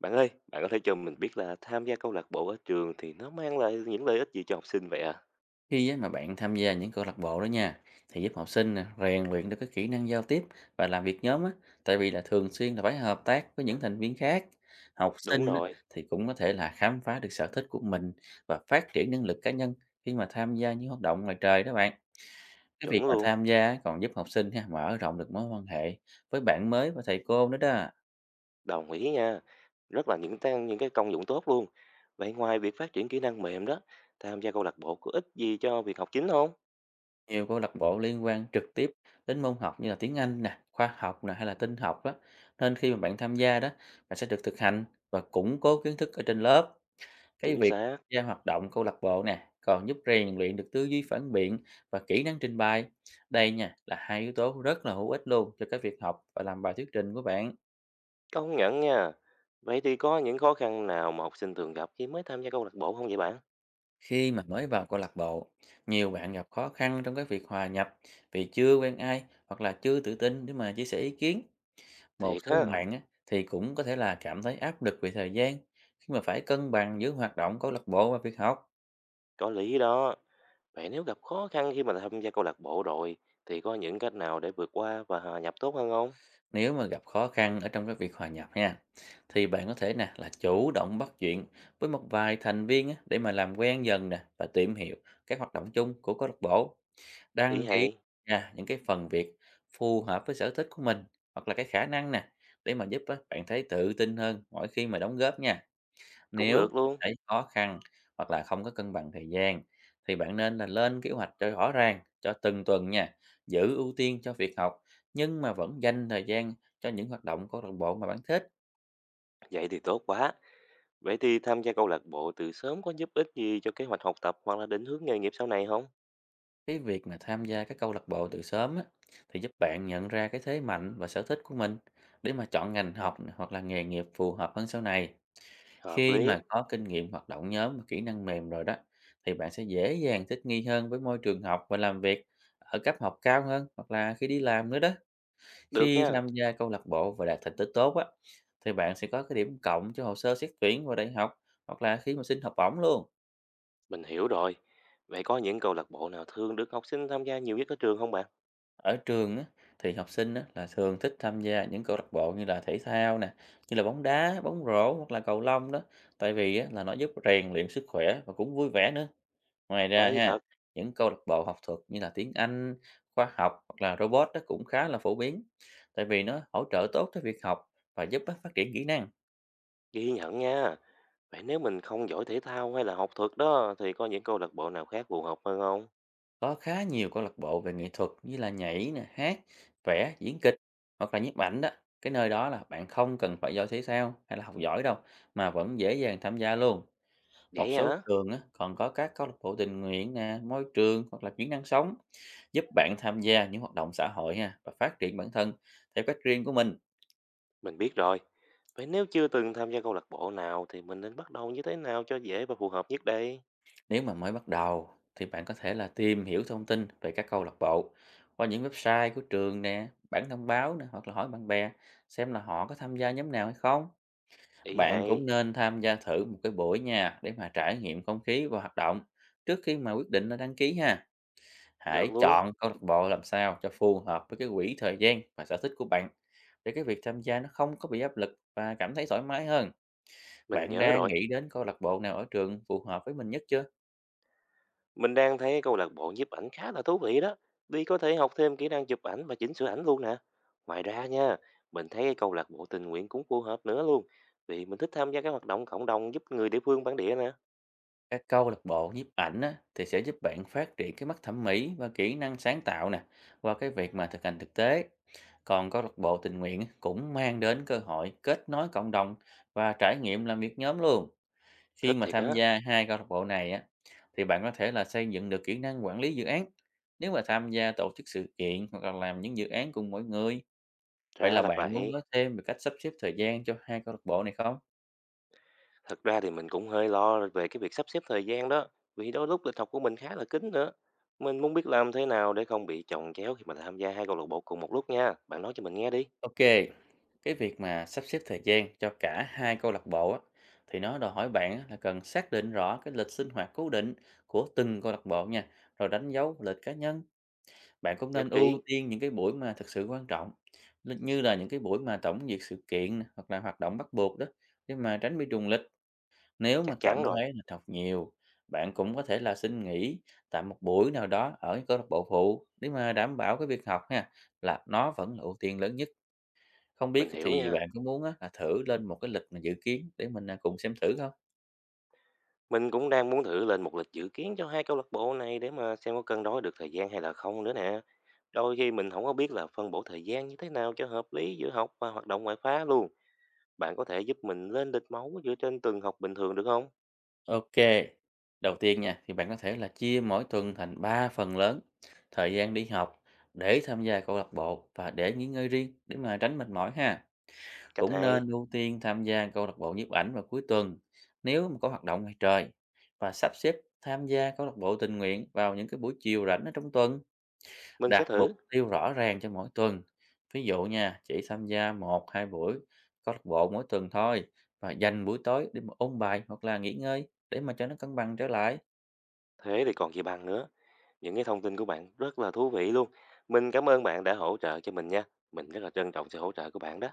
Bạn ơi, bạn có thể cho mình biết là tham gia câu lạc bộ ở trường thì nó mang lại những lợi ích gì cho học sinh vậy ạ? Khi á, mà bạn tham gia những câu lạc bộ đó nha, thì giúp học sinh nè, rèn luyện được cái kỹ năng giao tiếp và làm việc nhóm á, tại vì là thường xuyên là phải hợp tác với những thành viên khác. Học Đúng sinh á, rồi, thì cũng có thể là khám phá được sở thích của mình và phát triển năng lực cá nhân khi mà tham gia những hoạt động ngoài trời đó bạn. Cái việc chuẩn mà luôn, tham gia á, còn giúp học sinh ha, mở rộng được mối quan hệ với bạn mới và thầy cô nữa đó. đồng ý nha. Rất là những tăng những cái công dụng tốt luôn. Vậy ngoài việc phát triển kỹ năng mềm đó, tham gia câu lạc bộ có ích gì cho việc học chính không? Nhiều câu lạc bộ liên quan trực tiếp đến môn học như là tiếng Anh nè, khoa học nè hay là tin học đó. Nên khi mà bạn tham gia đó, bạn sẽ được thực hành và củng cố kiến thức ở trên lớp. Cái Chính việc xác, tham gia hoạt động câu lạc bộ nè, còn giúp rèn luyện được tư duy phản biện và kỹ năng trình bày. Đây nha là hai yếu tố rất là hữu ích luôn cho cái việc học và làm bài thuyết trình của bạn. công nhận nha. Vậy thì có những khó khăn nào mà học sinh thường gặp khi mới tham gia câu lạc bộ không vậy bạn? Khi mà mới vào câu lạc bộ, nhiều bạn gặp khó khăn trong cái việc hòa nhập vì chưa quen ai hoặc là chưa tự tin để mà chia sẻ ý kiến. Một Thiệt số ha, bạn á, thì cũng có thể là cảm thấy áp lực về thời gian khi mà phải cân bằng giữa hoạt động câu lạc bộ và việc học. có lý đó. Vậy nếu gặp khó khăn khi mà tham gia câu lạc bộ rồi, thì có những cách nào để vượt qua và hòa nhập tốt hơn không? Nếu mà gặp khó khăn ở trong cái việc hòa nhập nha, thì bạn có thể nè là chủ động bắt chuyện với một vài thành viên á, để mà làm quen dần nè và tìm hiểu các hoạt động chung của câu lạc bộ. Ý Đăng ký hay. nha những cái phần việc phù hợp với sở thích của mình hoặc là cái khả năng nè để mà giúp á, bạn thấy tự tin hơn mỗi khi mà đóng góp nha. Cũng Nếu được bạn luôn. thấy khó khăn hoặc là không có cân bằng thời gian thì bạn nên là lên kế hoạch cho rõ ràng cho từng tuần nha, giữ ưu tiên cho việc học nhưng mà vẫn dành thời gian cho những hoạt động câu lạc bộ mà bạn thích. Vậy thì tốt quá. Vậy thì tham gia câu lạc bộ từ sớm có giúp ích gì cho kế hoạch học tập hoặc là định hướng nghề nghiệp sau này không? Cái việc mà tham gia các câu lạc bộ từ sớm á, thì giúp bạn nhận ra cái thế mạnh và sở thích của mình để mà chọn ngành học nè, hoặc là nghề nghiệp phù hợp hơn sau này. Hợp Khi lý. mà có kinh nghiệm hoạt động nhóm và kỹ năng mềm rồi đó, thì bạn sẽ dễ dàng thích nghi hơn với môi trường học và làm việc ở cấp học cao hơn hoặc là khi đi làm nữa đó. Được Khi nha. tham gia câu lạc bộ và đạt thành tích tốt á, thì bạn sẽ có cái điểm cộng cho hồ sơ xét tuyển vào đại học hoặc là khi mà xin học bổng luôn. Mình hiểu rồi. Vậy có những câu lạc bộ nào thường được học sinh tham gia nhiều nhất ở trường không bạn? Ở trường á, thì học sinh á, là thường thích tham gia những câu lạc bộ như là thể thao nè, như là bóng đá, bóng rổ hoặc là cầu lông đó. Tại vì á, là nó giúp rèn luyện sức khỏe và cũng vui vẻ nữa. Ngoài ra Hay ha, thật. những câu lạc bộ học thuật như là tiếng Anh, khoa học hoặc là robot đó cũng khá là phổ biến. Tại vì nó hỗ trợ tốt cho việc học và giúp á, phát triển kỹ năng. Ghi nhận nha. Vậy nếu mình không giỏi thể thao hay là học thuật đó thì có những câu lạc bộ nào khác phù hợp hơn không? Có khá nhiều câu lạc bộ về nghệ thuật như là nhảy nè, hát, vẽ, diễn kịch hoặc là nhiếp ảnh đó. Cái nơi đó là bạn không cần phải giỏi thể thao hay là học giỏi đâu mà vẫn dễ dàng tham gia luôn. Một Vậy số hả? trường á, còn có các câu lạc bộ tình nguyện nè, môi trường hoặc là kỹ năng sống giúp bạn tham gia những hoạt động xã hội ha và phát triển bản thân theo cách riêng của mình. Mình biết rồi. Vậy nếu chưa từng tham gia câu lạc bộ nào thì mình nên bắt đầu như thế nào cho dễ và phù hợp nhất đây? Nếu mà mới bắt đầu thì bạn có thể là tìm hiểu thông tin về các câu lạc bộ qua những website của trường nè, bản thông báo nè hoặc là hỏi bạn bè xem là họ có tham gia nhóm nào hay không. Ý Bạn hay. cũng nên tham gia thử một cái buổi nha để mà trải nghiệm không khí và hoạt động trước khi mà quyết định là đăng ký ha. Hãy Được luôn. chọn câu lạc bộ làm sao cho phù hợp với cái quỹ thời gian và sở thích của bạn để cái việc tham gia nó không có bị áp lực và cảm thấy thoải mái hơn. Mình Bạn nhớ đang rồi. nghĩ đến câu lạc bộ nào ở trường phù hợp với mình nhất chưa? Mình đang thấy câu lạc bộ nhiếp ảnh khá là thú vị đó. Đi có thể học thêm kỹ năng chụp ảnh và chỉnh sửa ảnh luôn nè. Ngoài ra nha, mình thấy cái câu lạc bộ tình nguyện cũng phù hợp nữa luôn. Vì mình thích tham gia các hoạt động cộng đồng giúp người địa phương bản địa nè. Các câu lạc bộ nhiếp ảnh á, thì sẽ giúp bạn phát triển cái mắt thẩm mỹ và kỹ năng sáng tạo nè qua cái việc mà thực hành thực tế. Còn câu lạc bộ tình nguyện á, cũng mang đến cơ hội kết nối cộng đồng và trải nghiệm làm việc nhóm luôn. Khi Thích mà thiệt tham á. gia hai câu lạc bộ này á, thì bạn có thể là xây dựng được kỹ năng quản lý dự án. Nếu mà tham gia tổ chức sự kiện hoặc là làm những dự án cùng mọi người, vậy Ra là là bạn muốn vậy. nói thêm về cách sắp xếp thời gian cho hai câu lạc bộ này không? Thật ra thì mình cũng hơi lo về cái việc sắp xếp thời gian đó. Vì đôi lúc lịch học của mình khá là kín nữa. Mình muốn biết làm thế nào để không bị chồng chéo khi mà tham gia hai câu lạc bộ cùng một lúc nha. Bạn nói cho mình nghe đi. OK, cái việc mà sắp xếp thời gian cho cả hai câu lạc bộ á, thì nó đòi hỏi bạn á là cần xác định rõ cái lịch sinh hoạt cố định của từng câu lạc bộ nha, rồi đánh dấu lịch cá nhân. Bạn cũng Nhất nên ưu trí. tiên những cái buổi mà thực sự quan trọng, như là những cái buổi mà tổng duyệt sự kiện nè, hoặc là hoạt động bắt buộc đó, để mà tránh bị trùng lịch. Nếu mà Chắc cảm chắn rồi. thấy là học nhiều, bạn cũng có thể là xin nghỉ tạm một buổi nào đó ở cái câu lạc bộ phụ để mà đảm bảo cái việc học ha, là nó vẫn là ưu tiên lớn nhất. Không biết Mình hiểu thì nha. bạn có muốn á là thử lên một cái lịch mà dự kiến để mình, à, cùng xem thử không? Mình cũng đang muốn thử lên một lịch dự kiến cho hai câu lạc bộ này để mà xem có cân đối được thời gian hay là không nữa nè. Đôi khi mình không có biết là phân bổ thời gian như thế nào cho hợp lý giữa học và hoạt động ngoại khóa luôn. Bạn có thể giúp mình lên lịch máu dựa trên từng học bình thường được không? OK, đầu tiên nha, thì bạn có thể là chia mỗi tuần thành 3 phần lớn, thời gian đi học, để tham gia câu lạc bộ và để nghỉ ngơi riêng để mà tránh mệt mỏi ha. Cách Cũng hay, nên ưu tiên tham gia câu lạc bộ nhiếp ảnh vào cuối tuần nếu mà có hoạt động ngoài trời và sắp xếp tham gia câu lạc bộ tình nguyện vào những cái buổi chiều rảnh ở trong tuần. mình sẽ Đặt mục thử. tiêu rõ ràng cho mỗi tuần, ví dụ nha, chỉ tham gia một hai buổi câu lạc bộ mỗi tuần thôi và dành buổi tối để mà ôn bài hoặc là nghỉ ngơi để mà cho nó cân bằng trở lại. Thế thì còn gì bằng nữa. Những cái thông tin của bạn rất là thú vị luôn. Mình cảm ơn bạn đã hỗ trợ cho mình nha. Mình rất là trân trọng sự hỗ trợ của bạn đó.